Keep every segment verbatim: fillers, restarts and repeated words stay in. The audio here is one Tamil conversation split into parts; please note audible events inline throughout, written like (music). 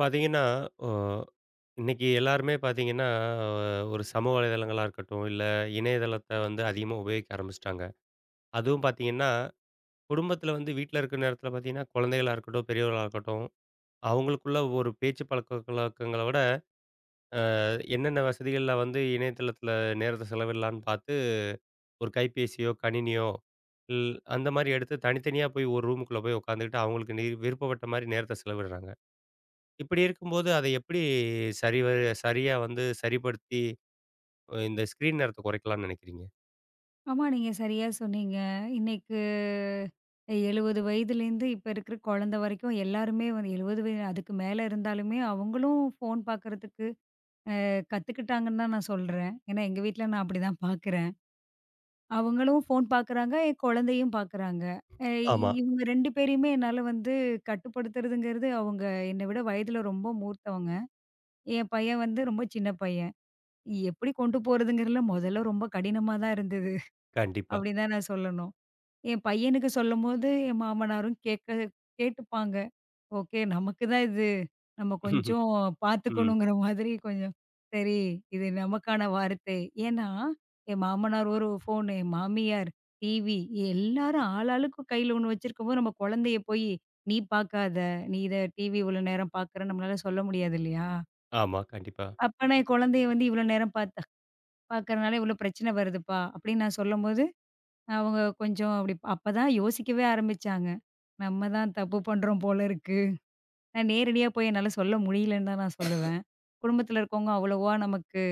பார்த்தீங்கன்னா, அ இன்னைக்கு எல்லாருமே பார்த்தீங்கன்னா, அஹ், ஒரு சமூக வலைதளங்களா இருக்கட்டும், இல்ல இணையதளத்த வந்து அதிகமா உபயோகிக்க ஆரம்பிச்சுட்டாங்க. அதுவும் பார்த்தீங்கன்னா, குடும்பத்தில வந்து வீட்ல இருக்கிற நேரத்தில பார்த்தீங்கன்னா, குழந்தைகளா இருக்கட்டும், பெரியவர்களா இருக்கட்டும், அவங்களுக்குள்ள ஒரு பேச்சு பழக்க வழக்கங்கள விட என்னென்ன வசதிகள்ல வந்து இணையதளத்தில நேரத்த செலவிடலான்னு பார்த்து, ஒரு கைபேசியோ, கணினியோ, இல் அந்த மாரி எடுத்து தனித்தனியா போய் ஒரு ரூமுக்குள்ள போய் உட்காந்துக்கிட்டு, அவங்களுக்கு நி விருப்பப்பட்ட மாரி நேரத்த செலவிடுறாங்க. இப்படி இருக்கும்போது, அதை எப்படி சரிவர சரியா வந்து சரிப்படுத்தி, அ இந்த ஸ்க்ரீன் நேரத்த குறைக்கலாம்னு நினைக்கிறீங்க? ஆமா, நீங்க சரியா சொன்னீங்க. இன்னைக்கு எழுபது வயதுலேருந்து இப்ப இருக்கிற குழந்தை வரைக்கும் எல்லாருமே வந்து எழுபது வய அதுக்கு மேல இருந்தாலுமே அவங்களும் ஃபோன் பார்க்கறதுக்கு கத்துக்கிட்டாங்கன்னு தான் நான் சொல்றேன். ஏன்னா எங்க வீட்ல நான் அப்படிதான் பார்க்குறேன். அவங்களும் ஃபோன் பார்க்குறாங்க, என் குழந்தையும் பார்க்குறாங்க. அ ஆமா, இவங்க ரெண்டு பேரையுமே என்னால வந்து கட்டுப்படுத்துறதுங்கிறது அவங்க என்னை விட வயதில ரொம்ப மூத்தவங்க. என் பையன் வந்து ரொம்ப சின்ன பையன். எப்படி கொண்டு போறதுங்கிறதுல முதல்ல ரொம்ப கடினமா தான் இருந்தது. கண்டிப்பா. அப்படின்னு தான் நான் சொல்லணும். என் பையனுக்கு சொல்லும்போது, என் மாமனாரும் கேட்க கேட்டுப்பாங்க. ஓகே, நமக்கு தான் இது. நம்ம (laughs) கொஞ்சம் ம். பார்த்துக்கணுங்கிற மாதிரி கொஞ்சம் சரி, இது நமக்கான வார்த்தை. ஏன்னா, என் மாமனார் ஒரு ஃபோனு, என் மாமியார் டிவி, எல்லாரும் ஆளாளுக்கு கையில ஒண்ணு வச்சிருக்கும்போது, நம்ம குழந்தைய போய் நீ பார்க்காத, நீ இத டிவி இவ்வளோ நேரம் பார்க்குறன்னு நம்மளால சொல்ல முடியாது இல்லையா? ஆமா, கண்டிப்பா. அப்ப நான் என் குழந்தைய வந்து இவ்வளோ நேரம் பார்த்த பார்க்கறனால இவ்வளோ பிரச்சனை வருதுப்பா, அப்படின்னு நான் சொல்லும்போது அவங்க கொஞ்சம் அப்படி அப்பதான் யோசிக்கவே ஆரம்பிச்சாங்க. நம்ம தான் தப்பு பண்றோம் போல இருக்கு. நான் நேரடியா போய் என்னால சொல்ல முடியலன்னு தான் நான் சொல்லுவேன். குடும்பத்தில இருக்கவங்க அவ்வளவா நமக்கு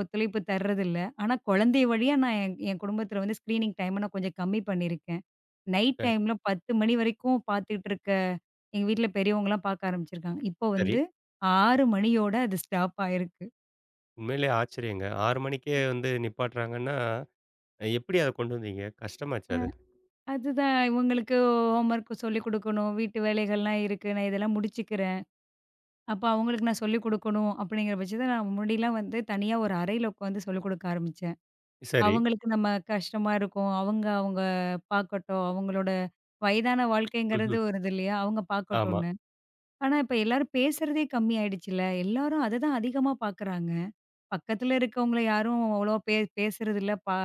ஒத்துழைப்பு தர்றதில்ல. ஆனா குழந்தை வழியா நான் என் என் குடும்பத்தில வந்து ஸ்க்ரீனிங் டைம நான் கொஞ்சம் கம்மி பண்ணியிருக்கேன். நைட் ச டைம்ல பத்து மணி வரைக்கும் பார்த்துட்டு இருக்க எங்க வீட்ல பெரியவங்கலாம் பார்க்க ஆரம்பிச்சிருக்காங்க. இப்போ சரி. வந்து ஆறு மணியோட அது ஸ்டாப் ஆயிருக்கு. உண்மையிலேயே ஆச்சரியங்க. ஆறு மணிக்கே வந்து நிப்பாட்டுறாங்கன்னா, அஹ் எப்படி அத கொண்டு வந்தீங்க? கஷ்டமாச்சா அ அது? அதுதான், இவங்களுக்கு ஹோம்வொர்க் சொல்லிக் குடுக்கணும். வீட்டு வேலைகள்லாம் இருக்கு. நான் இதெல்லாம் முடிச்சுக்கிறேன். அப்ப அவங்களுக்கு நான் சொல்லிக் குடுக்கணும் அப்படிங்கிற பட்சத்துல, நான் முன்னாடிலாம் வந்து தனியா ஒரு அறையில உட்காந்து சொல்லிக் குடுக்க ஆரம்பிச்சேன். சரி. அவங்களுக்கு நம்ம கஷ்டமா இருக்கும். அவங்க அவங்க பார்க்கட்டும். அவங்களோட வயதான வாழ்க்கைங்கிறது ம்ஹ்ம். ஒரு இது இல்லையா? அவங்க ஆமா, பார்க்கட்டும்ன்னு. ஆனா, இப்ப எல்லாரும் பேசுறதே கம்மி ஆயிடுச்சுல்ல. எல்லாரும் அததான் அதிகமா பார்க்குறாங்க. பக்கத்துல இருக்கவங்கள யாரும் அவ்வளவா பே பேசுறதில்ல. பா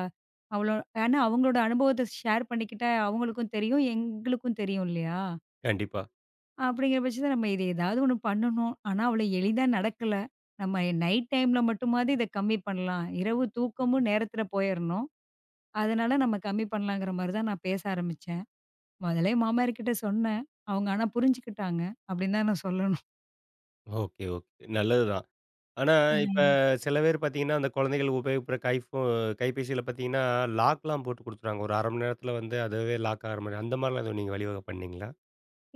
அவ்வளோ ஏன்னா அவங்களோட அனுபவத்த ஷேர் பண்ணிக்கிட்டா அவங்களுக்கும் தெரியும், எங்களுக்கும் தெரியும் இல்லையா? கண்டிப்பா. அப்படிங்கிற பட்சத்தில நம்ம இது ஏதாவது ஒண்ணு பண்ணணும். ஆனா, அவ்வளோ எளிதா நடக்கல. நம்ம நைட் டைம்ல மட்டுமாவது இத கம்மி பண்ணலாம். இரவு தூக்கமும் நேரத்தில போயிறணும். அதனால நம்ம கம்மி பண்ணலாங்கிற மாரி தான் நான் பேச ஆரம்பிச்சேன். முதலே மாமியார்கிட்ட சொன்னேன். அவங்க ஆனா புரிஞ்சுக்கிட்டாங்க. அப்படின்னு தான் நான் சொல்லணும். Okay, okay. நல்லதுதான். ஆனா, இப்ப ம். சில பேர் பார்த்தீங்கன்னா, அந்த குழந்தைகள் உபயோகிக்கிற கைஃபோ கைபேசியில பார்த்தீங்கன்னா, லாக்லாம் போட்டு குடுத்துருவாங்க. ஒரு அரை மணி நேரத்தில வந்து அதுவே லாக் ஆகுற மாரி, அந்த மாரிலாம் எதுவும் நீங்க வழிவகை பண்ணீங்களா?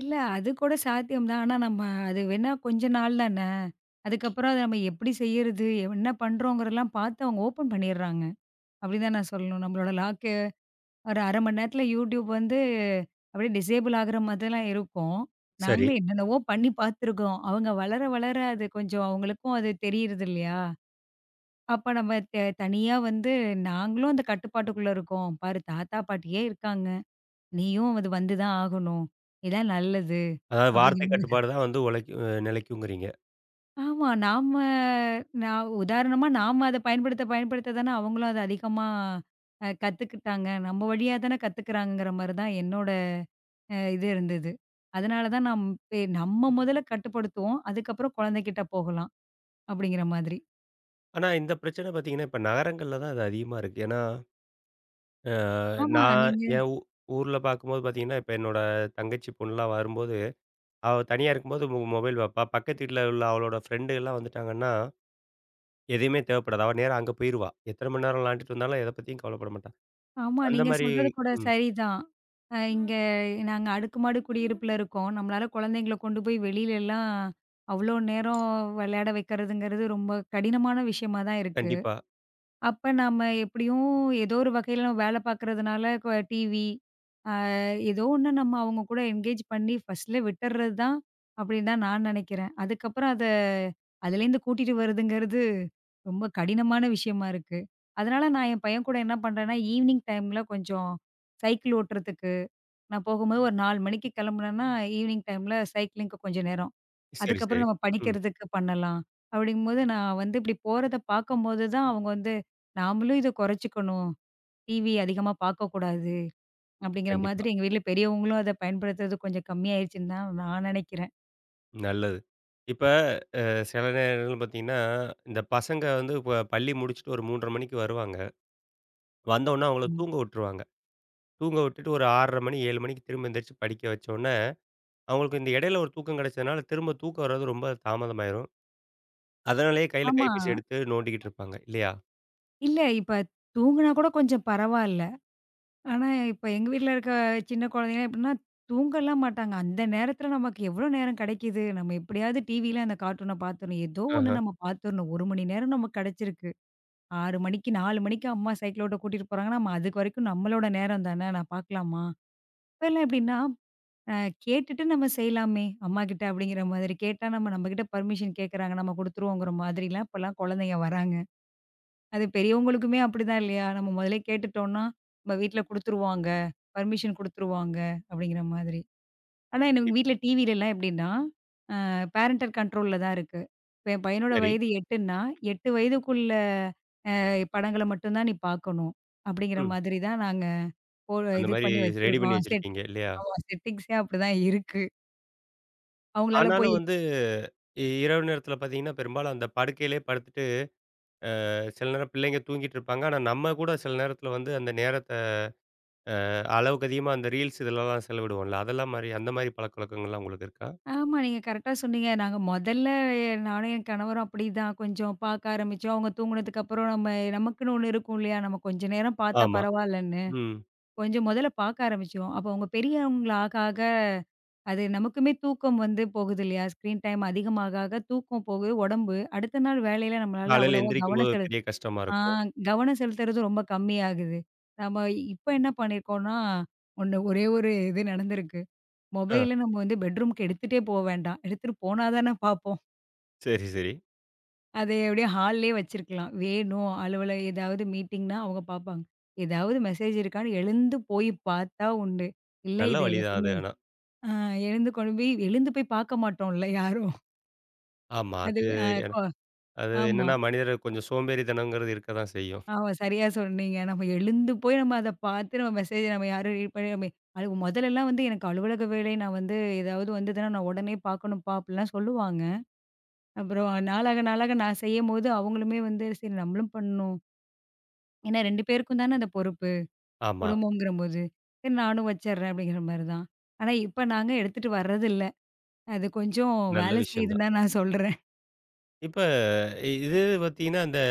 இல்ல அது கூட சாத்தியம் தான். ஆனா நம்ம அது வேணா கொஞ்ச நாள் தானே. அதுக்கப்புறம் அத நம்ம எப்படி செய்யறது? என்ன பண்றோங்கிறதெல்லாம் பார்த்து அவங்க ஓப்பன் பண்ணிடுறாங்க. அப்படி தான் நான் சொல்லணும். நம்மளோட லாக் ஒரு அரை மணி நேரத்துல யூடியூப் வந்து அப்படியே டிசேபிள் ஆகுற மாதிரிலாம் இருக்கும். சரி. நாங்களே என்னென்னவோ பண்ணி பார்த்துருக்கோம். அவங்க வளர, வளர அது கொஞ்சம் அவங்களுக்கும் அது தெரியறது இல்லையா? அப்ப நம்ம த தனியா வந்து நாங்களும் அந்த கட்டுப்பாட்டுக்குள்ள இருக்கோம். பாரு, தாத்தா, பாட்டியே இருக்காங்க. நீயும் அது வந்து தான் ஆகணும். இதான் நல்லது. அதாவது அப்படிங்கிற வார்த்தை மாரி. கட்டுப்பாடு தான் வந்து உழைக்கு அ நிலைக்குங்கிறீங்க. ஆமா. நாம நான் உதாரணமா நாம அத பயன்படுத்த, பயன்படுத்த தானே அவங்களும் அத அதிகமா அ கத்துக்கிட்டாங்க. நம்ம வழியா தானே கத்துக்கிறாங்கங்கிற மாரி தான் என்னோட அ இது இருந்தது. அதனால தான் நம் பே நம்ம முதல்ல கட்டுப்படுத்துவோம். அதுக்கப்புறம் குழந்தைகிட்ட போகலாம் அப்படிங்கிற மாதிரி. ஆனா இந்த பிரச்சனை பார்த்தீங்கன்னா, இப்ப நகரங்கள்ல தான் அது அதிகமா இருக்கு. ஏன்னா, அ ஆமா, நான் நீங்க என் ஊ ஊர்ல பார்க்கும்போது பார்த்தீங்கன்னா, இப்ப என்னோட தங்கச்சி பொண்லாம் வரும்போது, அவ தனியா இருக்கும்போது மொ மொபைல் பார்ப்பா. பக்கத்து வீட்ல உள்ள அவளோட ஃப்ரெண்டுகள்லாம் வந்துட்டாங்கன்னா, எதையுமே தேவைப்படாது. அவ நேரா அங்க போயிருவா. எத்தனை மணி நேரம் விளாண்டுட்டு இருந்தாலும் எத பத்தியும் கவலைப்பட மாட்டா. ஆமா, அந்த நீங்க மாரி சொல்றது கூட ம். சரிதான். அ இங்க நாங்க அடுக்குமாடி குடியிருப்புல இருக்கோம். நம்மளால குழந்தைங்கள கொண்டு போய் வெளியிலலாம் அவ்வளோ நேரம் விளையாட வைக்கிறதுங்கிறது ரொம்ப கடினமான விஷயமா தான் இருக்கு. கண்டிப்பா. அப்ப நாம எப்படியும் ஏதோ ஒரு வகையில நம்ம வேலை பார்க்கறதுனால கொ டிவி, அ ஏதோ ஒண்ணு நம்ம அவங்க கூட என்கேஜ் பண்ணி ஃபர்ஸ்ட்ல விட்டுறது தான் அப்படின்னு தான் நான் நினைக்கிறேன். அதுக்கப்புறம் அத அதுலேருந்து கூட்டிட்டு வருதுங்கிறது ரொம்ப கடினமான விஷயமா இருக்கு. அதனால நான் என் பையன் கூட என்ன பண்றேன்னா, ஈவினிங் டைம்ல கொஞ்சம் சைக்கிள் ஓட்டுறதுக்கு நான் போகும்போது ஒரு நாலு மணிக்கு கிளம்புனேன்னா, ஈவினிங் டைம்ல சைக்கிளிங்க்கு கொஞ்சம் நேரம். சரி, அதுக்கப்புறம் சரி. நம்ம ம். படிக்கிறதுக்கு பண்ணலாம். அப்படிங்கும்போது நான் வந்து இப்படி போறத பார்க்கும்போது தான் அவங்க வந்து, நாமளும் இத குறைச்சுக்கணும். டிவி அதிகமா பார்க்கக்கூடாது. அப்படிங்கிற கண்டிப்பா. மாதிரி எங்க வீட்ல பெரியவங்களும் அத பயன்படுத்துறது கொஞ்சம் கம்மியாயிருச்சுன்னு தான் நான் நினைக்கிறேன். நல்லது. இப்ப அ சில நேரங்கள்ல பார்த்தீங்கன்னா, இந்த பசங்க வந்து இப்ப பள்ளி முடிச்சுட்டு ஒரு மூன்றரை மணிக்கு வருவாங்க. வந்தவுனே அவங்கள ஆமா. தூங்க விட்டுருவாங்க. தூங்க விட்டுட்டு ஒரு ஆறரை மணி, ஏழு மணிக்கு திரும்ப எந்திரிச்சு படிக்க வச்சோனே, அவங்களுக்கு இந்த இடையில ஒரு தூக்கம் கிடைச்சதுனால, திரும்ப தூக்கம் வர்றது ரொம்ப தாமதமாயிரும். அதனாலேயே கையில ஆமா. கைபேசி எடுத்து நோண்டிக்கிட்டு இருப்பாங்க. இல்லையா? இல்ல இப்ப தூங்குனா கூட கொஞ்சம் பரவால்ல. ஆனா இப்ப எங்க வீட்ல இருக்க சின்ன குழந்தைங்க எப்படின்னா, தூங்கலாம் மாட்டாங்க. அந்த நேரத்துல நமக்கு எவ்வளோ நேரம் கிடைக்குது? நம்ம எப்படியாவது டிவில அந்த கார்ட்டூன பார்த்துரணும். ஏதோ ஒண்ணு ஆஹ. நம்ம பார்த்துரணும். ஒரு மணி நேரம் நமக்கு கிடைச்சிருக்கு. ஆறு மணிக்கு நாலு மணிக்கு அம்மா சைக்கிள் ஓட்ட கூட்டிட்டு போறாங்கன்னா, நம்ம அதுக்கு வரைக்கும் நம்மளோட நேரம் தான. நான் பார்க்கலாமா? இப்பலாம் எப்படின்னா, அ கேட்டுட்டு நம்ம செய்யலாமே அம்மாகிட்ட அப்படிங்கிற மாதிரி. கேட்டா நம்ம நம்மகிட்ட பெர்மிஷன் கேட்கறாங்க, நம்ம குடுத்துருவோங்கிற மாதிரிலாம் இப்பலாம் குழந்தைங்க வராங்க. அது பெரியவங்களுக்குமே அப்படிதான் இல்லையா? நம்ம முதலே கேட்டுட்டோம்னா, நம்ம வீட்ல குடுத்துருவாங்க, பெர்மிஷன் குடுத்துருவாங்க அப்படிங்கிற மாதிரி. ஆனா எனக்கு இப் வீட்ல டிவிலலாம் எப்படின்னா, அ பேரண்டல் கண்ட்ரோல்ல தான் இருக்கு. இப்ப என் பையனோட சரி. வயது 8ன்னா, எட்டு வயதுக்குள்ள படங்கள மட்டும் தான் நீ பார்க்கணும். அப்படிங்கிற ம். மாதிரி தான் நாங்க போ அந்த இது மாரி பண்ணி ரெடி வச்சிருக்கோம். பண்ணி வச்சிருக்கீங்க செட்டிங். இல்லையா? ஆமா, செட்டிங்ஸே அப்படிதான் இருக்கு. அவங்களால போய் ஆனாலும் வந்து இ இரவு நேரத்தில பார்த்தீங்கன்னா, பெரும்பாலும் அந்த படுக்கையிலேயே படுத்துட்டு சில நேரம் பிள்ளைங்க தூங்கிட்டு இருப்பாங்க. ஆனா, நம்ம கூட சில நேரத்தில வந்து அந்த நேரத்த அளவுக்கு அதிகமா அந்த ரீல்ஸ் இதுலலாம் செலவிடுவோம்ல. அதெல்லாம் மாரி அந்த மாரி பழக்கவழக்கங்கள்லாம் உங்களுக்கு இருக்கா? ஆமா, நீங்க கரெக்ட்டா சொன்னீங்க. நாங்க மொதல்ல நானும் என் கணவரும் அப்படிதான் கொஞ்சம் பார்க்க ஆரம்பிச்சோம். அவங்க தூங்குனதுக்கு அப்புறம் நம்ம நமக்குன்னு ஒண்ணு இருக்கும் இல்லையா? நம்ம கொஞ்ச நேரம் பார்த்தா ஆமா. பரவாயில்லன்னு, ம். கொஞ்சம் மொதல்ல பார்க்க ஆரம்பிச்சோம். அப்போ அவங்க பெரியவங்களா ஆக ஆக அது நமக்குமே தூக்கம் வந்து போகுது இல்லையா? ஸ்க்ரீன் டைம் அதிகமாக ஆக தூக்கம் போகுது உடம்பு. அடுத்த நாள் வேலையில நம்மளால காலையில அவ்வளவா கவனம் எந்திரிக்கும்போது செலு பெரிய கஷ்டமா ஆ இருக்கும். கவனம் செலுத்துறது ரொம்ப கம்மியாகுது. நம்ம இப்ப என்ன பண்ணியிருக்கோம்னா, ஒண்ணு ஒரே ஒரு இது நடந்திருக்கு. ஆ. மொபைல நம்ம வந்து பெட்ரூம்க்கு எடுத்துட்டே போ வேண்டாம். எடுத்துட்டு போனா தானே பார்ப்போம். சரி, சரி. அதை அப்படியே ஹால்லயே வச்சிருக்கலாம். வேணும் அலுவல ஏதாவது மீட்டிங்னா அவங்க பார்ப்பாங்க. ஏதாவது மெசேஜ் இருக்கான்னு எழுந்து போய் பார்த்தா உண்டு. இல்ல நல்ல இது வழி தான் அது வந்து, ஆனா. ஆ எழுந்து கொண்டு போய் எழுந்து போய் பார்க்க மாட்டோம்ல யாரும். ஆமா. அது அது ஆ என கொ அது ஆமா. என்னன்னா மனிதர் கொஞ்சம் சோம்பேறித்தனங்கிறது இருக்க தான் செய்யும். ஆமா. சரியா சொன்னீங்க. நம்ம எழுந்து போய் நம்ம அத பார்த்து நம்ம மெசேஜ் நம்ம யாரும் ரீட் பண்ணி நம்ம அது முதல்லலாம் வந்து எனக்கு அலுவலக வேலை நான் வந்து ஏதாவது வந்ததுன்னா நான் உடனே பார்க்கணும்ப்பா! அப்பிடிலாம் சொல்லுவாங்க. அப்புறம் நாளாக, நாளாக நான் செய்யும்போது அவங்களுமே வந்து சரி நம்மளும் பண்ணணும். ஏன்னா ரெண்டு பேருக்கும் தானே அந்த பொறுப்பு. ஆமா. குடும்பம்ங்கிறபோது. சரி, நானும் வச்சிர்றேன் அப்பிடிங்கிறமாரி தான். ஆனா, இப்ப நாங்க எடுத்துட்டு வர்றதில்ல. அது கொஞ்சம் நல்ல வேலை விஷயம் செய்யுதுன்னு தான். தான் நான் சொல்றேன். இப்ப இ- இது பார்த்தீங்கன்னா, இந்த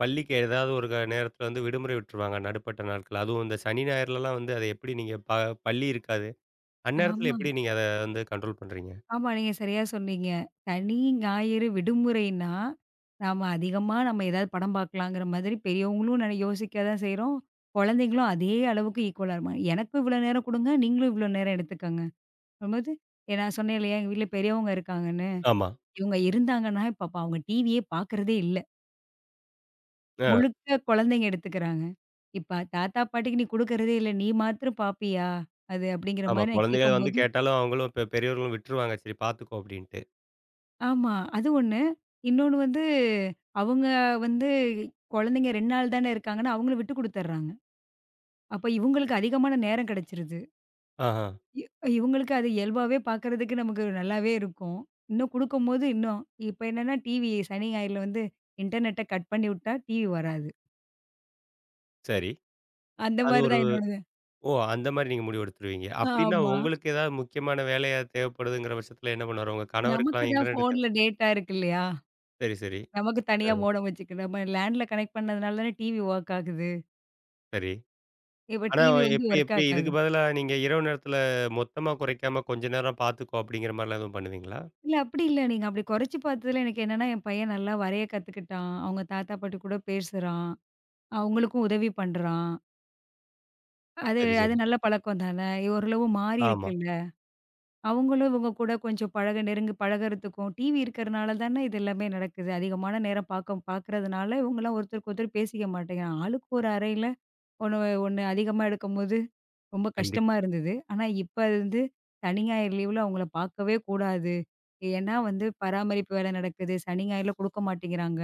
பள்ளிக்கு ஏதாவது ஒரு க நேரத்தில வந்து விடுமுறை விட்டுருவாங்க. நடுப்பட்ட நாட்கள். அதுவும் இந்த சனி, ஞாயிறுலலாம் வந்து அத எப்படி நீங்க ப பள்ளி இருக்காது. அந்நேரத்தில ஆமா. எப்படி நீங்க அத வந்து கண்ட்ரோல் பண்றீங்க? ஆமா. நீங்க சரியா சொன்னீங்க. சனி, ஞாயிறு விடுமுறைன்னா, நாம அதிகமா நம்ம ஏதாவது படம் பார்க்கலாங்கிற மாதிரி பெரியவங்களும் நென யோசிக்க தான் செய்றோம். குழந்தைங்களும் அதே அளவுக்கு ஈக்குவலா இருப்பாங்க. "எனக்கும் இவ்வளோ நேரம் குடுங்க, நீங்களும் இவ்வளோ நேரம் எடுத்துக்கங்க." அப்பம்போது ஏ நான் சொன்னேன் இல்லையா, எங்க வீட்ல பெரியவங்க இருக்காங்கன்னு. ஆமா. இவங்க இருந்தாங்கன்னா, இப்ப அப்ப அவங்க டிவியே பார்க்கறதே இல்ல. ஆ. முழுக்க குழந்தைங்க எடுத்துக்கிறாங்க. இப்ப தாத்தா, பாட்டிக்கு நீ குடுக்கறதே இல்ல. நீ மாத்திரம் பார்ப்பியா? அது அப்படிங்கிற ஆமா. மாரி நான் குழந்தைகள் வந்து கேட்கும்போது கேட்டாலும் அவங்களும் பெ பெரியவர்களும் விட்டுருவாங்க. சரி பார்த்துக்கோ அப்படின்ட்டு. ஆமா. அது ஒண்ணு. இன்னொன்னு வந்து, அவங்க வந்து குழந்தைங்க ரெண்டு நாள் தானே இருக்காங்கன்னா, அவங்கள விட்டு குடுத்துர்றாங்க. அப்ப இவங்களுக்கு அதிகமான நேரம் கிடைச்சிருது. ஆஹா. இ இவங்களுக்கு அது இயல்பாவே பார்க்கறதுக்கு நமக்கு நல்லாவே இருக்கும். இன்னும் குடுக்கும்போது இன்னும். இப்ப என்னன்னா டிவி சனி, ஞாயிறுல வந்து இன்டர்நெட்ட கட் பண்ணி விட்டா டிவி வராது. சரி. அந்த அது மாரி ஒரு தான் என்னோடது. ஓ! அந்த மாரி நீங்க முடிவெடுத்துருவீங்க. அப்டின்னா ஆமா. உங்களுக்கு ஏதாவது முக்கியமான வேலையா தேவைப்படுதுங்கிற பட்சத்தில என்ன பண்ணுவாரு? உங்க நமக்கு கணவருக்குலாம் தான் இன்டர்நெட் தேவ ஃபோன்ல டேட்டா இருக்கு இல்லையா? சரி, சரி. நமக்கு தனியா அ மோடம் வச்சுக்கணும். நம்ம லேண்ட்ல கனெக்ட் பண்ணதுனால தானே டிவி ஒர்க் ஆகுது. சரி. இப்ப ஆனா டிவி வந்து எப்டி ஒர்க் எப்டி ஆகாது. இதுக்கு பதிலா நீங்க இரவு நேரத்தில மொத்தமா குறைக்காம கொஞ்ச நேரம் பார்த்துக்கோ அப்டிங்கிற மாரிலாம் எதுவும் பண்ணுவீங்களா? இல்ல அப்படி இல்ல. நீங்க அப்படி குறைச்சு பார்த்ததுல எனக்கு என்னன்னா, என் பையன் நல்லா வரைய கத்துக்கிட்டான். அவங்க தாத்தா, பாட்டி கூட பேசுறான். அவங்களுக்கும் உதவி பண்றான். அது சரி, அது சரி. நல்ல பழக்கம் தானே! ஓரளவு மாறி ஆமா. இருக்குல்ல. அவங்களும் இவங்க கூட கொஞ்சம் பழக நெருங்கி பழகுறதுக்கும், டிவி இருக்கிறனால தானே இது எல்லாமே நடக்குது. அதிகமான நேரம் பாக்க பாக்குறதுனால இவங்கலாம் ஒருத்தருக்கு ஒருத்தர் பேசிக்க மாட்டேங்கிறாங்க. ஆளுக்கு ஒரு அறையில ஒண்ணு ஒண்ணு அதிகமா எடுக்கும்போது, ரொம்ப கண்டிப்பா. கஷ்டமா இருந்தது. ஆனா, இப்ப அது வந்து சனி, ஞாயிறு லீவுல அவங்கள பார்க்கவே கூடாது. ஏன்னா வந்து பராமரிப்பு வேலை நடக்குது. சனி, ஞாயிறுல குடுக்க மாட்டேங்கிறாங்க.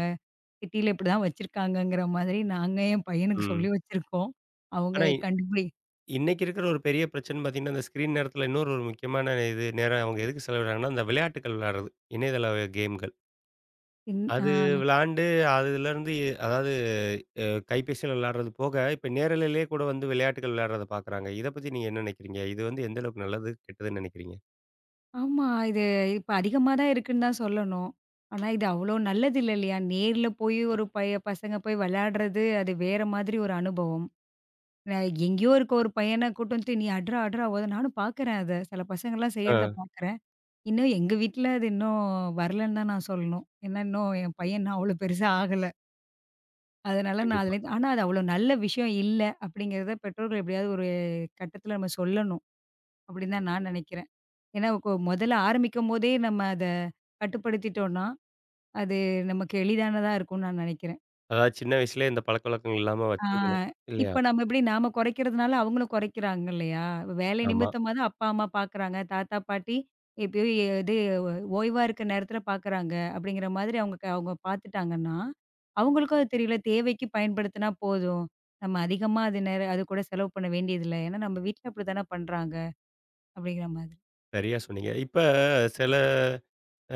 சிட்டில இப்படிதான் வச்சிருக்காங்கங்கிற மாதிரி நாங்க என் பையனுக்கு ம். சொல்லி வச்சிருக்கோம். அவங்க ஆனா இ- கண்டுபிடி இன்னைக்கு இருக்கிற ஒரு பெரிய பிரச்சனை பார்த்தீங்கன்னா, அந்த ஸ்க்ரீன் நேரத்தில இன்னொரு ஒரு முக்கியமான இது நேரம் அவங்க எதுக்கு செலவிடுறாங்கன்னா, அந்த விளையாட்டுகள் விளையாடுறது. இணையதள கேம்கள். இன் ஆ அது விளாண்டு, அதுலருந்து அதாவது அ கைபேசியில விளையாடுறது போக, இப்ப நேரலையிலேயே கூட வந்து விளையாட்டுகள் விளையாடுறத பார்க்குறாங்க. இத பத்தி நீங்க என்ன நினைக்கிறீங்க? இது வந்து எந்த அளவுக்கு நல்லது, கெட்டதுன்னு நினைக்கிறீங்க? ஆமா. இது இப்ப அதிகமா தான் இருக்குன்னு தான் சொல்லணும். ஆனா, இது அவ்வளோ நல்லது இல்ல இல்லையா? நேர்ல போய் ஒரு பய பசங்க போய் விளையாடுறது, அது வேற மாதிரி ஒரு அனுபவம். நான் எங்கேயோ இருக்க ஒரு பையன கூட்டு வந்துட்டு, "நீ அட்றா, அட்றா ஓத" நானும் பார்க்குறேன் அத. சில பசங்கள்லாம் ஆ செய்யறத பார்க்குறேன். இன்னும் எங்க வீட்ல அது இன்னும் வரலன்னு தான் நான் சொல்லணும். ஏன்னா, இன்னும் என் பையன் இன்னும் அவ்வளோ பெருசா ஆகல. அதனால நான் கண்டிப்பா. அதுலேருந்து ஆனா அது அவ்வளோ நல்ல விஷயம் இல்ல, அப்படிங்கிறத பெற்றோர்கள் எப்படியாவது ஒரு கட்டத்தில நம்ம சொல்லணும். அப்படின்னு தான் நான் நினைக்கிறேன். ஏன்னா, கொ முதல்ல ஆரம்பிக்கும்போதே நம்ம அத கட்டுப்படுத்திட்டோம்னா, அது நமக்கு எளிதானதா இருக்கும்னு நான் நினைக்கிறேன். அதாவது சின்ன வயசுலயே இந்த பழக்கவழக்கங்கள் இல்லாம ஆ. வச்சுருக்கணும். இல்லையா? இப்ப நம்ம எப்படி நாம குறைக்கிறதுனால அவங்களும் குறைக்கிறாங்க இல்லையா? வேலை ஆமா. நிமித்தமா தான் அப்பா, அம்மா பார்க்குறாங்க. தாத்தா, பாட்டி எப்பயோ எ- இது ஓ- ஓய்வா இருக்க நேரத்தில பார்க்குறாங்க. அப்படிங்கிற மாதிரி அவங்க க அவங்க பார்த்துட்டாங்கன்னா, அவங்களுக்கும் அது தெரியல. தேவைக்கு பயன்படுத்தினா போதும். நம்ம அதிகமா அது நேர அது கூட செலவு பண்ண வேண்டியதில்ல. ஏன்னா நம்ம வீட்ல அப்படித்தானே பண்றாங்க அப்படிங்கிற மாதிரி. சரியா சொன்னீங்க. இப்ப சில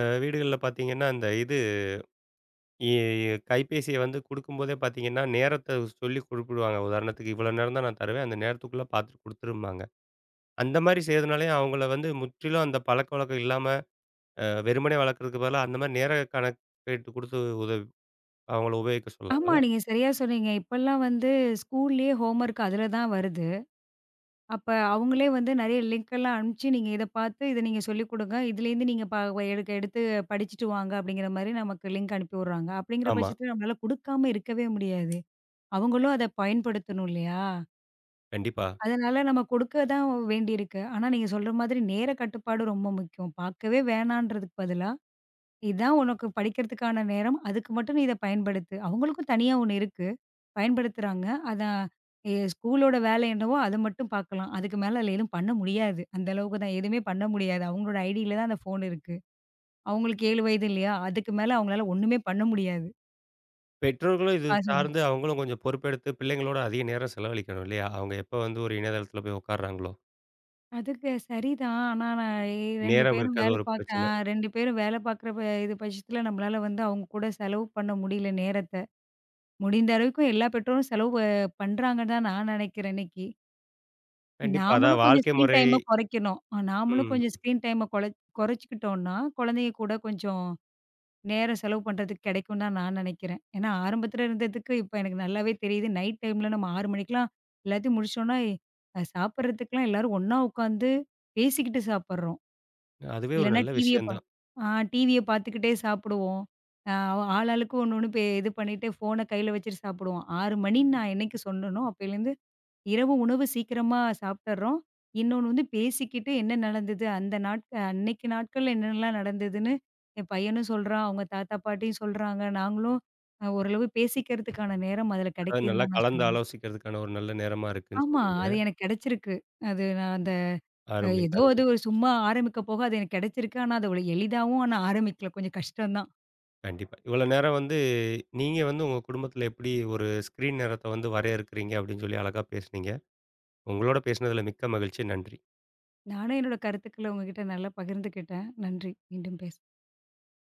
அ வீடுகள்ல பார்த்தீங்கன்னா, அந்த இது இ கைபேசிய வந்து குடுக்கும்போதே பார்த்தீங்கன்னா, நேரத்த சொல்லி குறிப்பிடுவாங்க. உதாரணத்துக்கு இவ்வளோ நேரம் தான் நான் தருவேன். அந்த நேரத்துக்குள்ள பார்த்துட்டு குடுத்துரும்பாங்க. அந்த மாரி செய்றதுனாலயே அவங்கள வந்து முற்றிலும் அந்த பழக்கவழக்கம் இல்லாம அ வெறுமனே வளர்க்கறதுக்கு பதிலா, அந்த மாரி நேர கணக்கெடுத்து குடுத்து உதவி அவங்கள உபயோகிக்க ஆமா. சொல்லலாம்ல? நீங்க சரியா சொன்னீங்க. இப்பல்லாம் வந்து ஸ்கூல்லயே ஹோம்வொர்க் அதில தான் வருது. அப்ப அவங்களே வந்து நெறைய லிங்க் எல்லாம் அனுப்பிச்சு, நீங்க இத பார்த்து இத நீங்க சொல்லிக் குடுங்க. இதுலேருந்து நீங்க ப எடுக்க எடுத்து படிச்சுட்டு வாங்க அப்படிங்கிற மாரி நமக்கு லிங்க் அனுப்பி விடுறாங்க. அப்படிங்கிற ஆமா, பட்சத்துல நம்மளால குடுக்காம இருக்கவே முடியாது. அவங்களும் அத பயன்படுத்தணும் இல்லையா? கண்டிப்பா. அதனால நம்ம கொடுக்க தான் வேண்டியிருக்கு. ஆனா நீங்க சொல்ற மாதிரி நேர கட்டுப்பாடு ரொம்ப முக்கியம். பார்க்கவே வேணான்றதுக்கு பதிலா இதான் உனக்கு படிக்கிறதுக்கான நேரம். அதுக்கு மட்டும் நீ இத பயன்படுத்து. அவங்களுக்கும் தனியா ஒண்ணு இருக்கு. பயன்படுத்துறாங்க. அதான் எ ஸ்கூலோட வேலை என்னவோ அத மட்டும் பார்க்கலாம். அதுக்கு மேல அதுல எதுவும் பண்ண முடியாது. அந்த அளவுக்கு தான் எதுவுமே பண்ண முடியாது. அவங்களோட ஐடியில தான் அந்த ஃபோன் இருக்கு. அவங்களுக்கு ஏழு வயது இல்லையா? அதுக்கு மேல அவங்களால ஒண்ணுமே பண்ண முடியாது. பெற்றோர்களும் இது பாஸ்வேர்டு சார்ந்து அவங்களும் கொஞ்சம் பொறுப்பெடுத்து பிள்ளைங்களோட அதிக நேரம் செலவழிக்கணும் இல்லையா? அவங்க எப்ப வந்து ஒரு இணையதளத்தில போய் உட்கார்றாங்களோ, அதுக்கு சரிதான். ஆனா நான் எ 2 நேரம் பேரும் இருக்காது வேலை ஒரு பார்க்க ஆ பிரச்சனை. ரெண்டு பேரும் வேலை பார்க்குற ப இது பட்சத்தில நம்மளால வந்து அவங்க கூட செலவு பண்ண முடியல நேரத்த. முடிந்த அளவுக்கு எல்லா பெற்றோரும் செலவு பண்றாங்கன்னு தான் நான் நினைக்கிறேன் இன்னைக்கு. கண்டிப்பா. நாமளும் அதான் கொஞ்சம் வாழ்க்கை ஸ்க்ரீன் முறை டைம குறைக்கணும். அஹ் நாமளும் கொஞ்சம் ம். ஸ்க்ரீன் டைம கொழ குறைச்சுக்கிட்டோம்னா, குழந்தைங்க கூட கொஞ்சம் நேரம் செலவு பண்றதுக்கு கிடைக்கும்னு தான் நான் நினைக்கிறேன். ஏன்னா ஆரம்பத்துல இருந்ததுக்கு இப்ப எனக்கு நல்லாவே தெரியுது. நைட் டைம்ல நம்ம ஆறு மணிக்கெல்லாம் எல்லாத்தையும் முடிச்சோம்னா, அ சாப்பிடுறதுக்கெல்லாம் எல்லாரும் ஒண்ணா உட்காந்து பேசிக்கிட்டு சாப்பிடுறோம். அதுவே ஒரு இல்லன்னா நல்ல டிவிய விஷயம் பா தான். ஆ டிவிய பார்த்துக்கிட்டே சாப்பிடுவோம். அ ஆளாளுக்கு ஒண்ணு ஒண்ணு பே இது பண்ணிட்டு ஃபோன கையில வச்சுட்டு சாப்பிடுவோம். ஆறு மணின்னு நான் என்னைக்கு சொன்னேனோ, அப்பயிலேருந்து இரவு உணவு சீக்கிரமா சாப்பிட்டுர்றோம். இன்னொன்னு வந்து பேசிக்கிட்டு என்ன நடந்தது? அந்த நாட்க அன்னைக்கு நாட்கள்ல என்னென்னலாம் நடந்ததுன்னு என் பையனும் சொல்றான். அவங்க தாத்தா, பாட்டியும் சொல்றாங்க. நாங்களும் அ ஓரளவு பேசிக்கிறதுக்கான நேரம் அதுல அதாவது கிடைக்குதுன்னு நல்லா தான் நான் கலந்து சொல்லுவேன். ஆலோசிக்கிறதுக்கான ஒரு நல்ல நேரமா இருக்குன்னு ஆமா. சொல்றீங்க. அது எனக்கு கிடைச்சிருக்கு. அது நான் அந்த அஹ், அருமை, ஏதோ அது அருமை. ஒரு சும்மா ஆரம்பிக்க போக அது எனக்கு கிடைச்சிருக்கு. ஆனா, அது அவ்ளோ எளிதாவும் ஆனா ஆரம்பிக்கல. கொஞ்சம் கஷ்டம் தான். கண்டிப்பா. இவ்வளோ நேரம் வந்து நீங்க வந்து உங்க குடும்பத்தில எப்படி ஒரு ஸ்க்ரீன் நேரத்த வந்து வரையறுக்கிறீங்க அப்படின்னு சொல்லி அழகா பேசுனீங்க. உங்களோட பேசினதில மிக்க மகிழ்ச்சி. நன்றி. நானும் என்னோட கருத்துக்கள உங்ககிட்ட நல்லா பகிர்ந்துக்கிட்டேன். நன்றி. மீண்டும் பேசலாம்.